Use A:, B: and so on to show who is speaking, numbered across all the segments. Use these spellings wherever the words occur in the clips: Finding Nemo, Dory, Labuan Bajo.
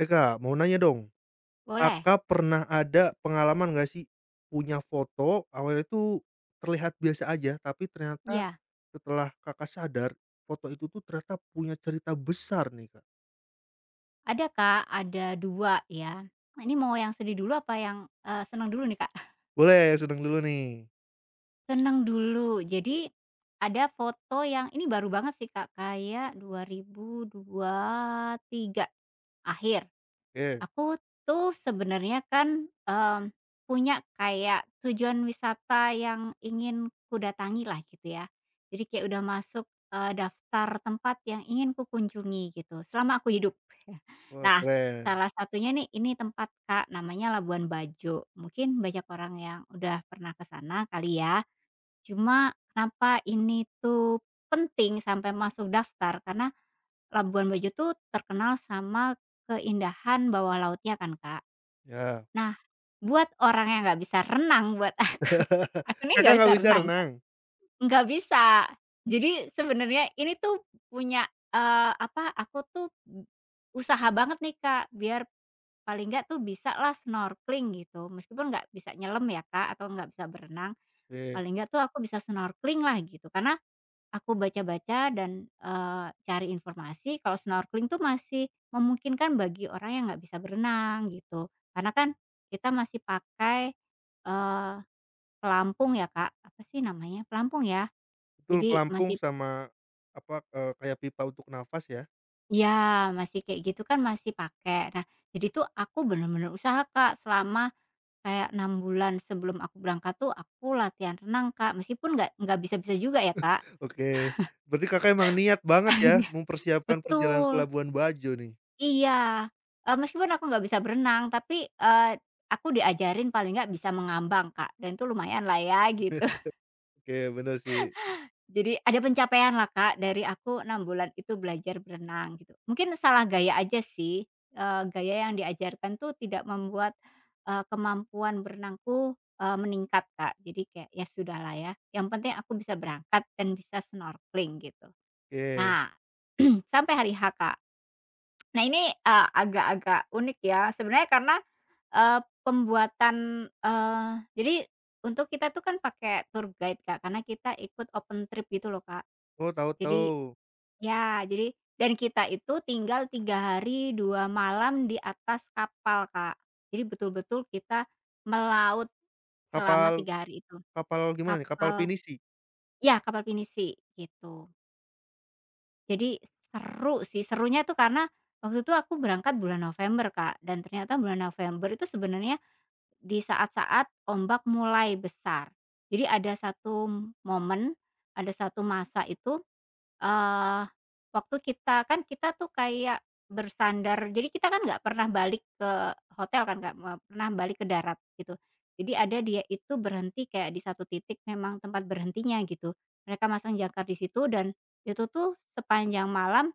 A: Eh, Kak, mau nanya dong,
B: Boleh?
A: Kakak pernah ada pengalaman nggak sih, punya foto awalnya itu terlihat biasa aja, tapi ternyata
B: Iya,
A: setelah Kakak sadar, foto itu tuh ternyata punya cerita besar nih, Kak?
B: ada Kak, ada 2 ya. Ini mau yang sedih dulu apa yang, senang dulu nih Kak?
A: Boleh yang sedang dulu nih,
B: Senang dulu. Jadi, ada foto yang ini baru banget sih Kak, kayak 2023 akhir.
A: oke.
B: Aku tuh sebenarnya kan, punya kayak tujuan wisata yang ingin ku datangi lah gitu ya. Jadi kayak udah masuk, daftar tempat yang ingin ku kunjungi gitu selama aku hidup.
A: Wah,
B: Nah,
A: keren,
B: salah satunya nih ini tempat Kak, namanya Labuan Bajo. Mungkin banyak orang yang udah pernah ke sana kali ya. Cuma kenapa ini tuh penting sampai masuk daftar, karena Labuan Bajo tuh terkenal sama keindahan bawah lautnya kan, Kak.
A: ya.
B: Nah, buat orang yang nggak bisa renang, buat aku aku nih
A: Kakak
B: nggak bisa
A: nggak bisa
B: renang, Kak,
A: renang?
B: nggak bisa. Jadi sebenarnya ini tuh punya, aku tuh usaha banget nih, Kak, biar paling nggak tuh bisalah snorkeling gitu. Meskipun nggak bisa nyelem ya, Kak, atau nggak bisa berenang,
A: Oke,
B: paling nggak tuh aku bisa snorkeling lah gitu. Karena aku baca-baca dan, cari informasi kalau snorkeling tuh masih memungkinkan bagi orang yang nggak bisa berenang gitu. Karena kan kita masih pakai, eee, pelampung ya Kak, apa sih namanya? Pelampung ya?
A: betul
B: Jadi
A: pelampung
B: masih
A: sama apa, kayak pipa untuk nafas ya?
B: ya masih kayak gitu kan masih pakai. Nah jadi tuh aku bener-bener usaha Kak selama kayak 6 bulan sebelum aku berangkat tuh aku latihan renang Kak, meskipun nggak bisa-bisa juga ya Kak.
A: Oke, berarti Kakak emang niat banget ya mempersiapkan perjalanan ke
B: Betul.
A: Labuan Bajo nih?
B: Iya, meskipun aku nggak bisa berenang, tapi, aku diajarin paling nggak bisa mengambang, Kak, dan itu lumayanlah ya gitu.
A: Oke, bener sih.
B: Jadi ada pencapaianlah, Kak, dari aku 6 bulan itu belajar berenang gitu. Mungkin salah gaya aja sih, gaya yang diajarkan tuh tidak membuat, kemampuan berenangku, meningkat, Kak. Jadi kayak, ya sudahlah ya, yang penting aku bisa berangkat dan bisa snorkeling gitu.
A: Oke.
B: Nah, sampai hari H, Kak. Nah ini, agak-agak unik ya sebenarnya karena Eee, pembuatan eee, jadi untuk kita tuh kan pakai tour guide, Kak, karena kita ikut open trip gitu loh, Kak.
A: Oh, tahu
B: Jadi
A: tahu.
B: ya, jadi dan kita itu tinggal 3 hari 2 malam di atas kapal, Kak. Jadi betul-betul kita melaut selama
A: Kapal
B: 3 hari itu.
A: kapal gimana nih? Kapal
B: Kapal
A: pinisi?
B: ya, kapal pinisi gitu. Jadi seru sih, serunya tuh karena waktu itu aku berangkat bulan November, Kak, dan ternyata bulan November itu sebenarnya di saat-saat ombak mulai besar. Jadi ada satu momen, ada satu masa itu, eee, waktu kita kan kita tuh kayak bersandar jadi kita kan nggak pernah balik ke hotel kan, nggak me pernah balik ke darat gitu. Jadi ada dia itu berhenti kayak di satu titik memang tempat berhentinya gitu. Mereka masang jangkar di situ dan itu tuh sepanjang malam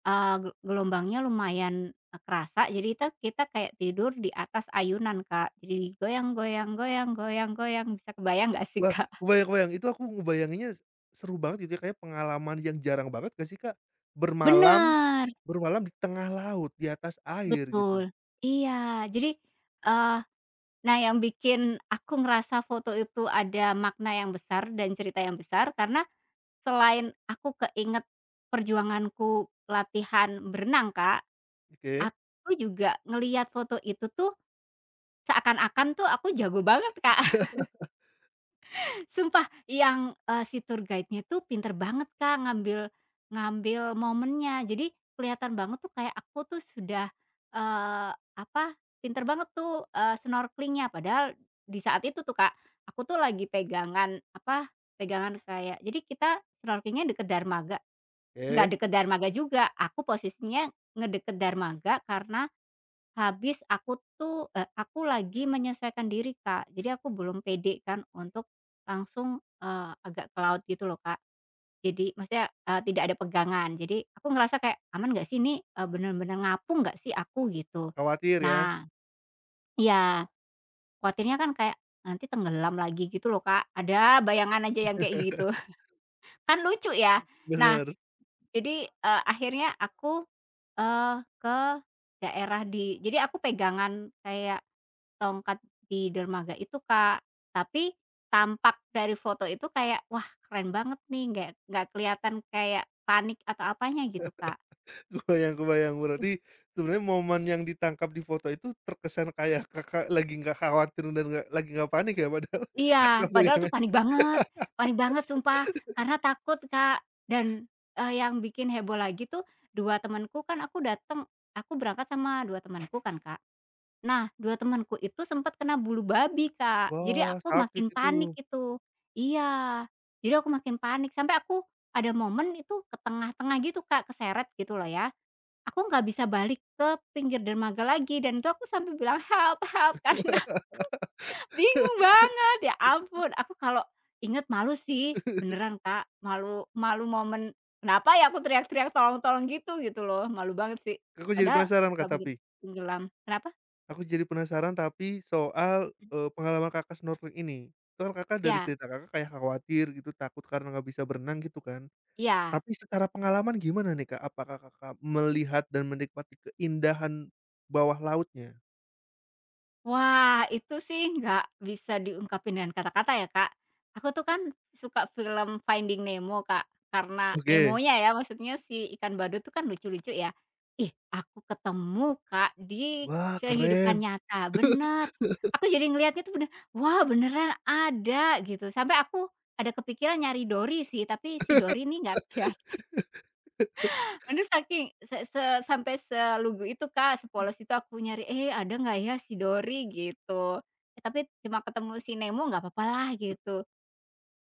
B: Eee, ge gelombangnya lumayan, kerasa jadi kita kita kayak tidur di atas ayunan, Kak. Jadi goyang goyang goyang goyang goyang, bisa kebayang nggak sih,
A: Wah,
B: Kak?
A: kebayang-kebayang. Itu aku ngebayanginnya seru banget gitu ya, kayaknya pengalaman yang jarang banget nggak sih, Kak? Bermalam
B: Bener,
A: bermalam di tengah laut, di atas air gitu.
B: betul. Iya, jadi, eee, nah yang bikin aku ngerasa foto itu ada makna yang besar dan cerita yang besar karena selain aku keinget perjuanganku latihan berenang, Kak,
A: Oke
B: aku juga ngelihat foto itu tuh seakan-akan tuh aku jago banget, Kak. Sumpah yang, si tour guide-nya tuh pinter banget, Kak, ngambil ngambil momennya. Jadi kelihatan banget tuh kayak aku tuh sudah, eee, apa, pinter banget tuh, snorkeling. Padahal di saat itu tuh, Kak, aku tuh lagi pegangan, apa, pegangan kayak jadi kita snorkeling-nya deket dermaga, nggak
A: oke.
B: deket dermaga juga, aku posisinya ngedeket dermaga karena habis aku tuh, aku lagi menyesuaikan diri, Kak. Jadi aku belum pede kan untuk langsung, agak ke laut gitu loh, Kak. Jadi maksudnya, tidak ada pegangan. Jadi aku ngerasa kayak, "Aman nggak sih ini, bener-bener ngapung nggak sih aku?" Gitu.
A: Khawatir ya?
B: Nah iya, khawatirnya kan kayak nanti tenggelam lagi gitu loh, Kak. Ada bayangan aja yang kayak gitu. Kan lucu ya. Nah,
A: Bener.
B: jadi, akhirnya aku, eee Daerah di jadi aku pegangan kayak tongkat di dermaga itu, Kak. Tapi tampak dari foto itu kayak, wah keren banget nih, nggak kelihatan kayak panik atau apanya gitu, Kak.
A: Kebayang kebayang. Berarti sebenarnya momen yang ditangkap di foto itu terkesan kayak Kakak lagi nggak khawatir dan nggak lagi nggak panik ya, padahal Kakak
B: Iya, padahal tuh
A: pegangan
B: panik banget sumpah, karena takut, Kak. Dan, yang bikin heboh lagi tuh 2 temanku kan aku dateng aku berangkat sama 2 temanku kan, Kak. Nah, 2 temanku itu sempat kena bulu babi, Kak. Jadi
A: wah,
B: aku
A: sakit
B: makin
A: itu.
B: panik itu. Iya, jadi aku makin panik sampai aku ada momen itu ke tengah-tengah gitu, Kak, keseret gitu loh ya. Aku nggak bisa balik ke pinggir dermaga lagi dan itu aku sampai bilang, "Help help!" Karena bingung banget, ya ampun. Aku kalau inget malu sih, beneran, Kak. Malu malu momen, "Kenapa ya aku teriak-teriak tolong tolong gitu?" Gitu loh, malu banget sih.
A: Aku jadi
B: Padahal
A: penasaran, Kak,
B: nggak mungkin
A: tapi.
B: tenggelam. Kenapa?
A: Aku jadi penasaran tapi soal, pengalaman Kakak snorkeling ini. Itu kan Kakak dari
B: Ya
A: cerita Kakak kayak khawatir gitu, takut karena nggak bisa berenang gitu kan.
B: iya.
A: Tapi secara pengalaman gimana nih, Kak? Apakah Kakak melihat dan menikmati keindahan bawah lautnya?
B: Wah, itu sih nggak bisa diungkapin dengan kata-kata ya, Kak. Aku tuh kan suka film Finding Nemo, Kak, karena
A: Oke.
B: Nemonya ya, maksudnya si ikan badut tuh kan lucu-lucu ya. Ih, aku ketemu, Kak, di
A: Wah, keren.
B: kehidupan nyata, bener. Aku jadi ngelihatnya tuh bener, wah beneran ada gitu, sampai aku ada kepikiran nyari Dory sih, tapi si Dory nih nggak. Aduh saking se se sampai selugu itu, Kak, sepolos itu aku nyari, "Eh, ada nggak ya si Dory?" Gitu. Eh, tapi cuma ketemu si Nemo, nggak apa-apa lah gitu.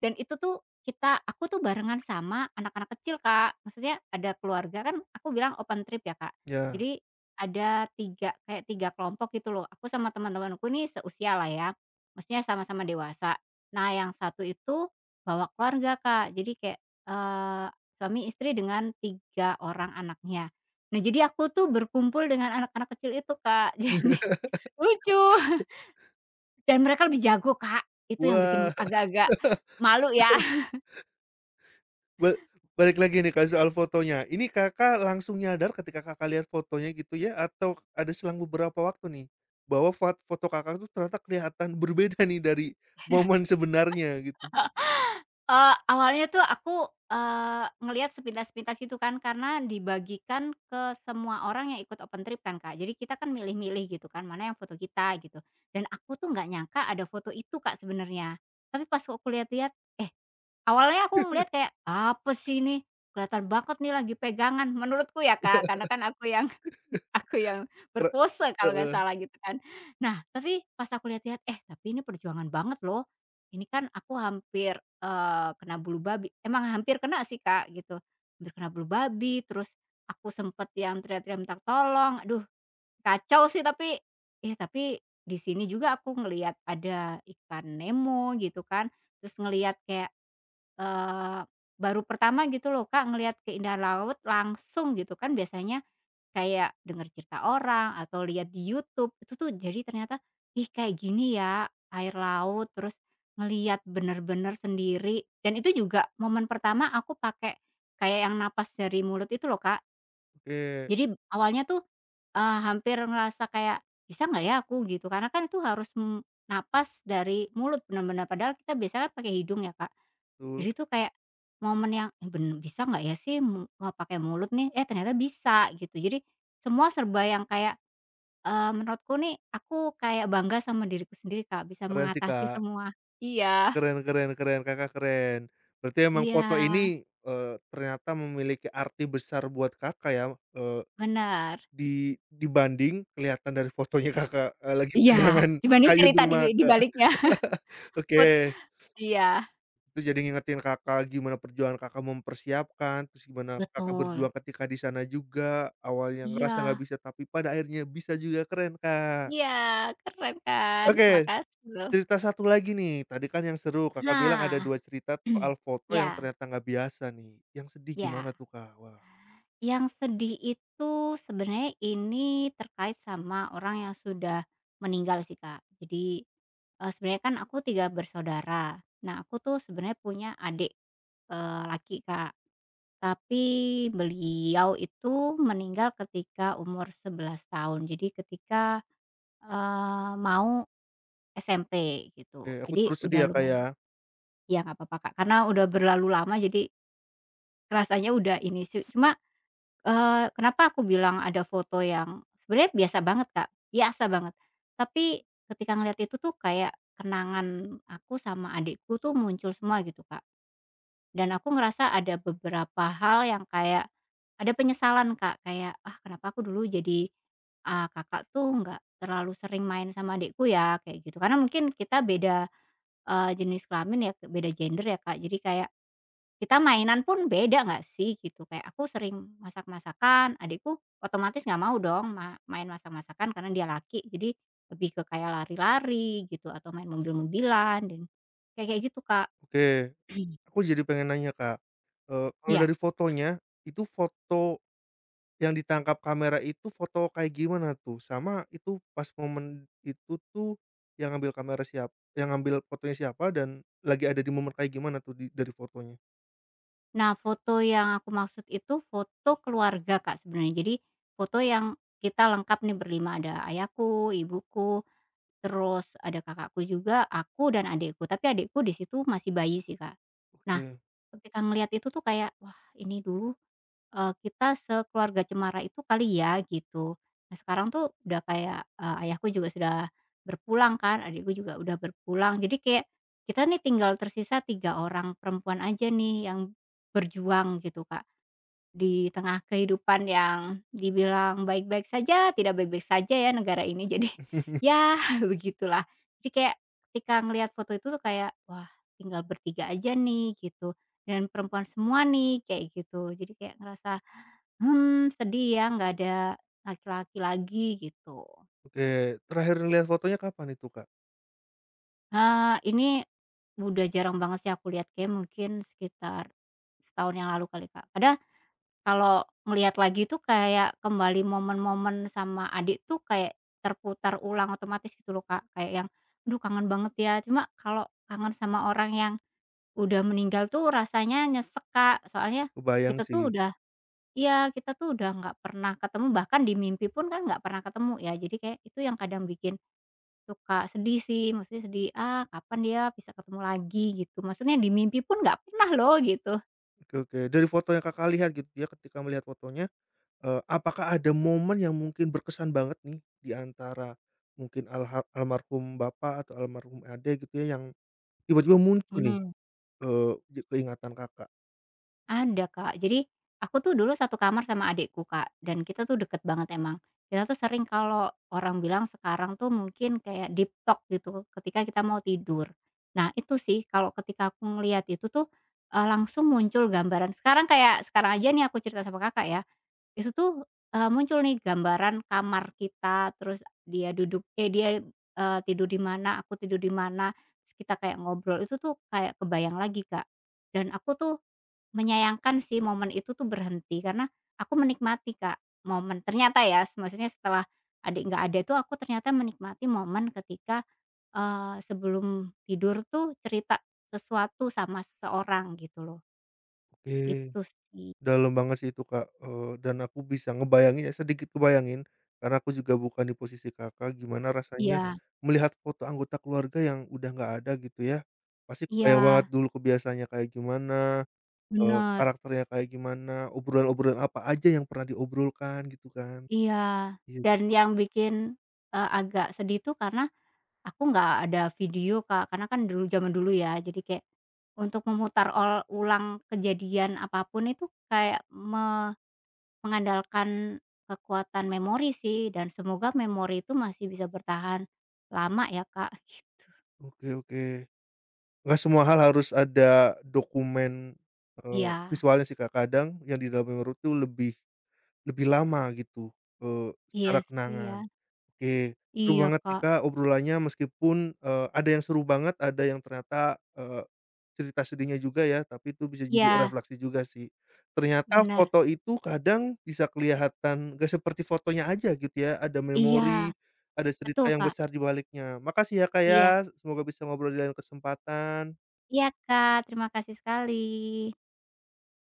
B: Dan itu tuh aku tuh barengan sama anak-anak kecil, Kak. Maksudnya ada keluarga kan aku bilang open trip ya, Kak.
A: Ya.
B: Jadi ada 3 kelompok gitu loh. Aku sama teman-temanku nih seusia lah ya, maksudnya sama-sama dewasa. Nah yang satu itu bawa keluarga, Kak. Jadi kayak, eee, suami istri dengan 3 orang anaknya. Nah jadi aku tuh berkumpul dengan anak-anak kecil itu, Kak. Jadi lucu. Dan mereka lebih jago, Kak. Itu yang bikin
A: Wah.
B: agak-agak malu ya.
A: Ba balik lagi nih, Kak, soal fotonya. Ini Kakak langsung nyadar ketika Kakak lihat fotonya gitu ya, atau ada selang beberapa waktu nih, bahwa foto Kakak tuh ternyata kelihatan berbeda nih dari momen sebenarnya gitu?
B: Awalnya tuh aku, ngelihat sepintas-sepintas gitu kan, karena dibagikan ke semua orang yang ikut open trip kan, Kak. Jadi kita kan milih-milih gitu kan, mana yang foto kita gitu. Dan aku tuh nggak nyangka ada foto itu, Kak, sebenarnya. Tapi pas aku lihat-lihat, eh, awalnya aku ngelihat kayak, "Apa sih ini? Kelihatan banget nih lagi pegangan," menurutku ya, Kak, karena kan aku yang aku yang
A: Kere
B: berpose kalau nggak
A: heeh,
B: salah gitu kan. Nah, tapi pas aku lihat-lihat, eh tapi ini perjuangan banget loh. Ini kan aku hampir, kena bulu babi emang hampir kena sih, Kak, gitu. Hampir kena bulu babi, terus aku sempet yang teriak-teriak minta tolong, aduh kacau sih tapi eh tapi di sini juga aku ngelihat ada ikan Nemo gitu kan, terus ngelihat kayak, eee, baru pertama gitu loh, Kak, ngelihat keindahan laut langsung gitu kan biasanya kayak denger cerita orang atau lihat di YouTube, itu tuh jadi ternyata, ih kayak gini ya air laut, terus ngelihat bener-bener sendiri dan itu juga momen pertama aku pakai kayak yang napas dari mulut itu loh, Kak.
A: oke,
B: Jadi awalnya tuh, hampir ngerasa kayak, "Bisa nggak ya aku?" Gitu, karena kan itu harus, napas dari mulut bener-bener, padahal kita biasanya kan pakai hidung ya, Kak.
A: betul,
B: Jadi tuh kayak momen yang, "Ih, bisa nggak ya sih pakai mulut nih?" Eh, ternyata bisa gitu. Jadi semua serba yang kayak, menurutku nih aku kayak bangga sama diriku sendiri, Kak, bisa
A: keren sih,
B: mengatasi
A: Kak.
B: semua. Iya.
A: Keren keren keren, Kakak keren. Berarti emang
B: Iya,
A: foto ini, ternyata memiliki arti besar buat Kakak ya, eee,
B: benar.
A: di dibanding kelihatan dari fotonya Kakak, lagi
B: Iya,
A: pegangan
B: mhm. Dibanding
A: kayu
B: cerita di
A: dermaga.
B: baliknya. Put
A: Oke.
B: iya.
A: Terus jadi ngingetin Kakak gimana perjuangan Kakak mempersiapkan, terus gimana Kakak berjuang
B: Betul,
A: ketika di sana juga, awalnya ngerasa nggak
B: iya.
A: bisa tapi pada akhirnya bisa juga, keren, Kak.
B: Iya, keren kan?
A: Oke,
B: Terima kasih loh.
A: cerita satu lagi nih, tadi kan yang seru Kakak bilang ada
B: Nah,
A: 2 cerita soal foto yang
B: ya
A: ternyata nggak biasa nih, yang sedih gimana
B: ya.
A: tuh, Kak? Wah,
B: Yang sedih itu sebenarnya ini terkait sama orang yang sudah meninggal sih, Kak. Jadi, sebenarnya kan aku 3 bersaudara. Nah, aku tuh sebenarnya punya adik, laki, Kak. Tapi beliau itu meninggal ketika umur 11 tahun. Jadi ketika, mau SMP
A: oke,
B: gitu.
A: aku
B: Jadi
A: turut sedih
B: udah
A: ya, Kak, ya.
B: lumayan ya nggak apa-apa, Kak, karena udah berlalu lama jadi rasanya udah ini sih. Cuma kenapa aku bilang ada foto yang sebenarnya biasa banget, Kak, biasa banget. Tapi ketika ngelihat itu tuh kayak kenangan aku sama adikku tuh muncul semua gitu, Kak. Dan aku ngerasa ada beberapa hal yang kayak ada penyesalan, Kak, kayak, "Ah, kenapa aku dulu jadi, Kakak tuh nggak terlalu sering main sama adikku ya?" Kayak gitu. Karena mungkin kita beda, jenis kelamin ya, beda gender ya, Kak. Jadi kayak kita mainan pun beda nggak sih gitu, kayak aku sering masak-masakan, adikku otomatis nggak mau dong main masak-masakan karena dia laki, jadi lebih ke kayak lari-lari gitu atau main mobil-mobilan dan kayak kayak gitu, Kak.
A: Oke, aku jadi pengen nanya, Kak, kalau
B: Ya,
A: dari fotonya, itu foto yang ditangkap kamera itu foto kayak gimana tuh? Sama itu pas momen itu tuh yang ngambil kamera yang ngambil fotonya siapa dan lagi ada di momen kayak gimana tuh di dari fotonya?
B: nah, foto yang aku maksud itu foto keluarga, Kak, sebenarnya. Jadi foto yang kita lengkap nih berlima, ada ayahku, ibuku, terus ada kakakku juga, aku dan adikku, tapi adikku di situ masih bayi sih, Kak. Nah,
A: Oke.
B: ketika ngelihat itu tuh kayak, "Wah, ini dulu kita sekeluarga cemara itu kali ya," gitu. Nah, sekarang tuh udah kayak, ayahku juga sudah berpulang kan, adikku juga udah berpulang. Jadi kayak kita nih tinggal tersisa 3 orang perempuan aja nih yang berjuang gitu, Kak, di tengah kehidupan yang dibilang baik-baik saja, tidak baik-baik saja ya negara ini. Jadi ya begitulah. Jadi kayak ketika ngelihat foto itu tuh kayak, "Wah, tinggal bertiga aja nih," gitu, "dan perempuan semua nih," kayak gitu. Jadi kayak ngerasa sedih ya nggak ada laki-laki lagi gitu.
A: Oke, terakhir ngelihat fotonya kapan itu, Kak?
B: Ini udah jarang banget sih aku lihat, kayak mungkin sekitar setahun yang lalu kali, Kak. Padahal kalau ngelihat lagi tuh kayak kembali momen-momen sama adik tuh kayak terputar ulang otomatis gitu loh, Kak. Kayak yang, "Aduh kangen banget ya." Cuma kalau kangen sama orang yang udah meninggal tuh rasanya nyesek, Kak. Soalnya
A: Kebayang
B: kita
A: sih.
B: tuh udah iya, kita tuh udah nggak pernah ketemu, bahkan di mimpi pun kan nggak pernah ketemu ya, jadi kayak itu yang kadang bikin suka sedih sih, maksudnya sedih, "Ah, kapan dia bisa ketemu lagi?" gitu, maksudnya di mimpi pun nggak pernah loh, gitu.
A: Oke oke, dari foto yang Kakak lihat gitu ya ketika melihat fotonya, apakah ada momen yang mungkin berkesan banget nih di antara mungkin almarhum Bapak atau almarhum Ade gitu ya yang tiba-tiba muncul nih, di keingatan Kakak?
B: Ada, Kak. Jadi, aku tuh dulu satu kamar sama adikku, Kak, dan kita tuh deket banget emang. Kita tuh sering kalau orang bilang sekarang tuh mungkin kayak deep talk gitu ketika kita mau tidur. Nah, itu sih kalau ketika aku ngelihat itu tuh, langsung muncul gambaran sekarang kayak sekarang aja nih aku cerita sama Kakak ya, itu tuh, muncul nih gambaran kamar kita, terus dia, tidur di mana, aku tidur di mana, terus kita kayak ngobrol, itu tuh kayak kebayang lagi, Kak. Dan aku tuh menyayangkan sih momen itu tuh berhenti, karena aku menikmati Kak, momen ternyata ya, maksudnya setelah adik nggak ada itu aku ternyata menikmati momen ketika, sebelum tidur tuh cerita sesuatu sama seseorang gitu loh,
A: Oke.
B: itu sih.
A: Dalam banget sih itu, Kak, dan aku bisa ngebayangin ya, sedikit kebayangin, karena aku juga bukan di posisi Kakak, gimana rasanya
B: Iya
A: melihat foto anggota keluarga yang udah nggak ada gitu ya. Pasti kebayang banget
B: iya,
A: dulu kebiasaannya kayak gimana,
B: bener,
A: karakternya kayak gimana, obrolan-obrolan apa aja yang pernah diobrolkan gitu kan.
B: iya,
A: Iya,
B: dan yang bikin, agak sedih tuh karena aku nggak ada video, Kak, karena kan dulu zaman dulu ya, jadi kayak untuk memutar ol ulang kejadian apapun itu kayak me mengandalkan kekuatan memori sih dan semoga memori itu masih bisa bertahan lama ya, Kak, gitu.
A: oke oke. Nggak semua hal harus ada dokumen, eee,
B: Iya,
A: visualnya sih, Kak, kadang yang di dalam memori itu lebih lebih lama gitu,
B: iya
A: secara
B: sih ya.
A: kenangan. Oke, seru
B: Iya,
A: banget nih,
B: Kak.
A: Kak, obrolannya meskipun, ada yang seru banget, ada yang ternyata, cerita sedihnya juga ya, tapi itu bisa jadi
B: Iya,
A: refleksi juga sih. Ternyata
B: benar.
A: foto itu kadang bisa kelihatan nggak seperti fotonya aja gitu ya, ada
B: Iya,
A: memori, ada cerita
B: betul,
A: yang
B: Kak.
A: besar di baliknya. Makasih ya, Kak,
B: Iya.
A: ya, semoga bisa ngobrol di lain kesempatan.
B: Iya, Kak, terima kasih sekali.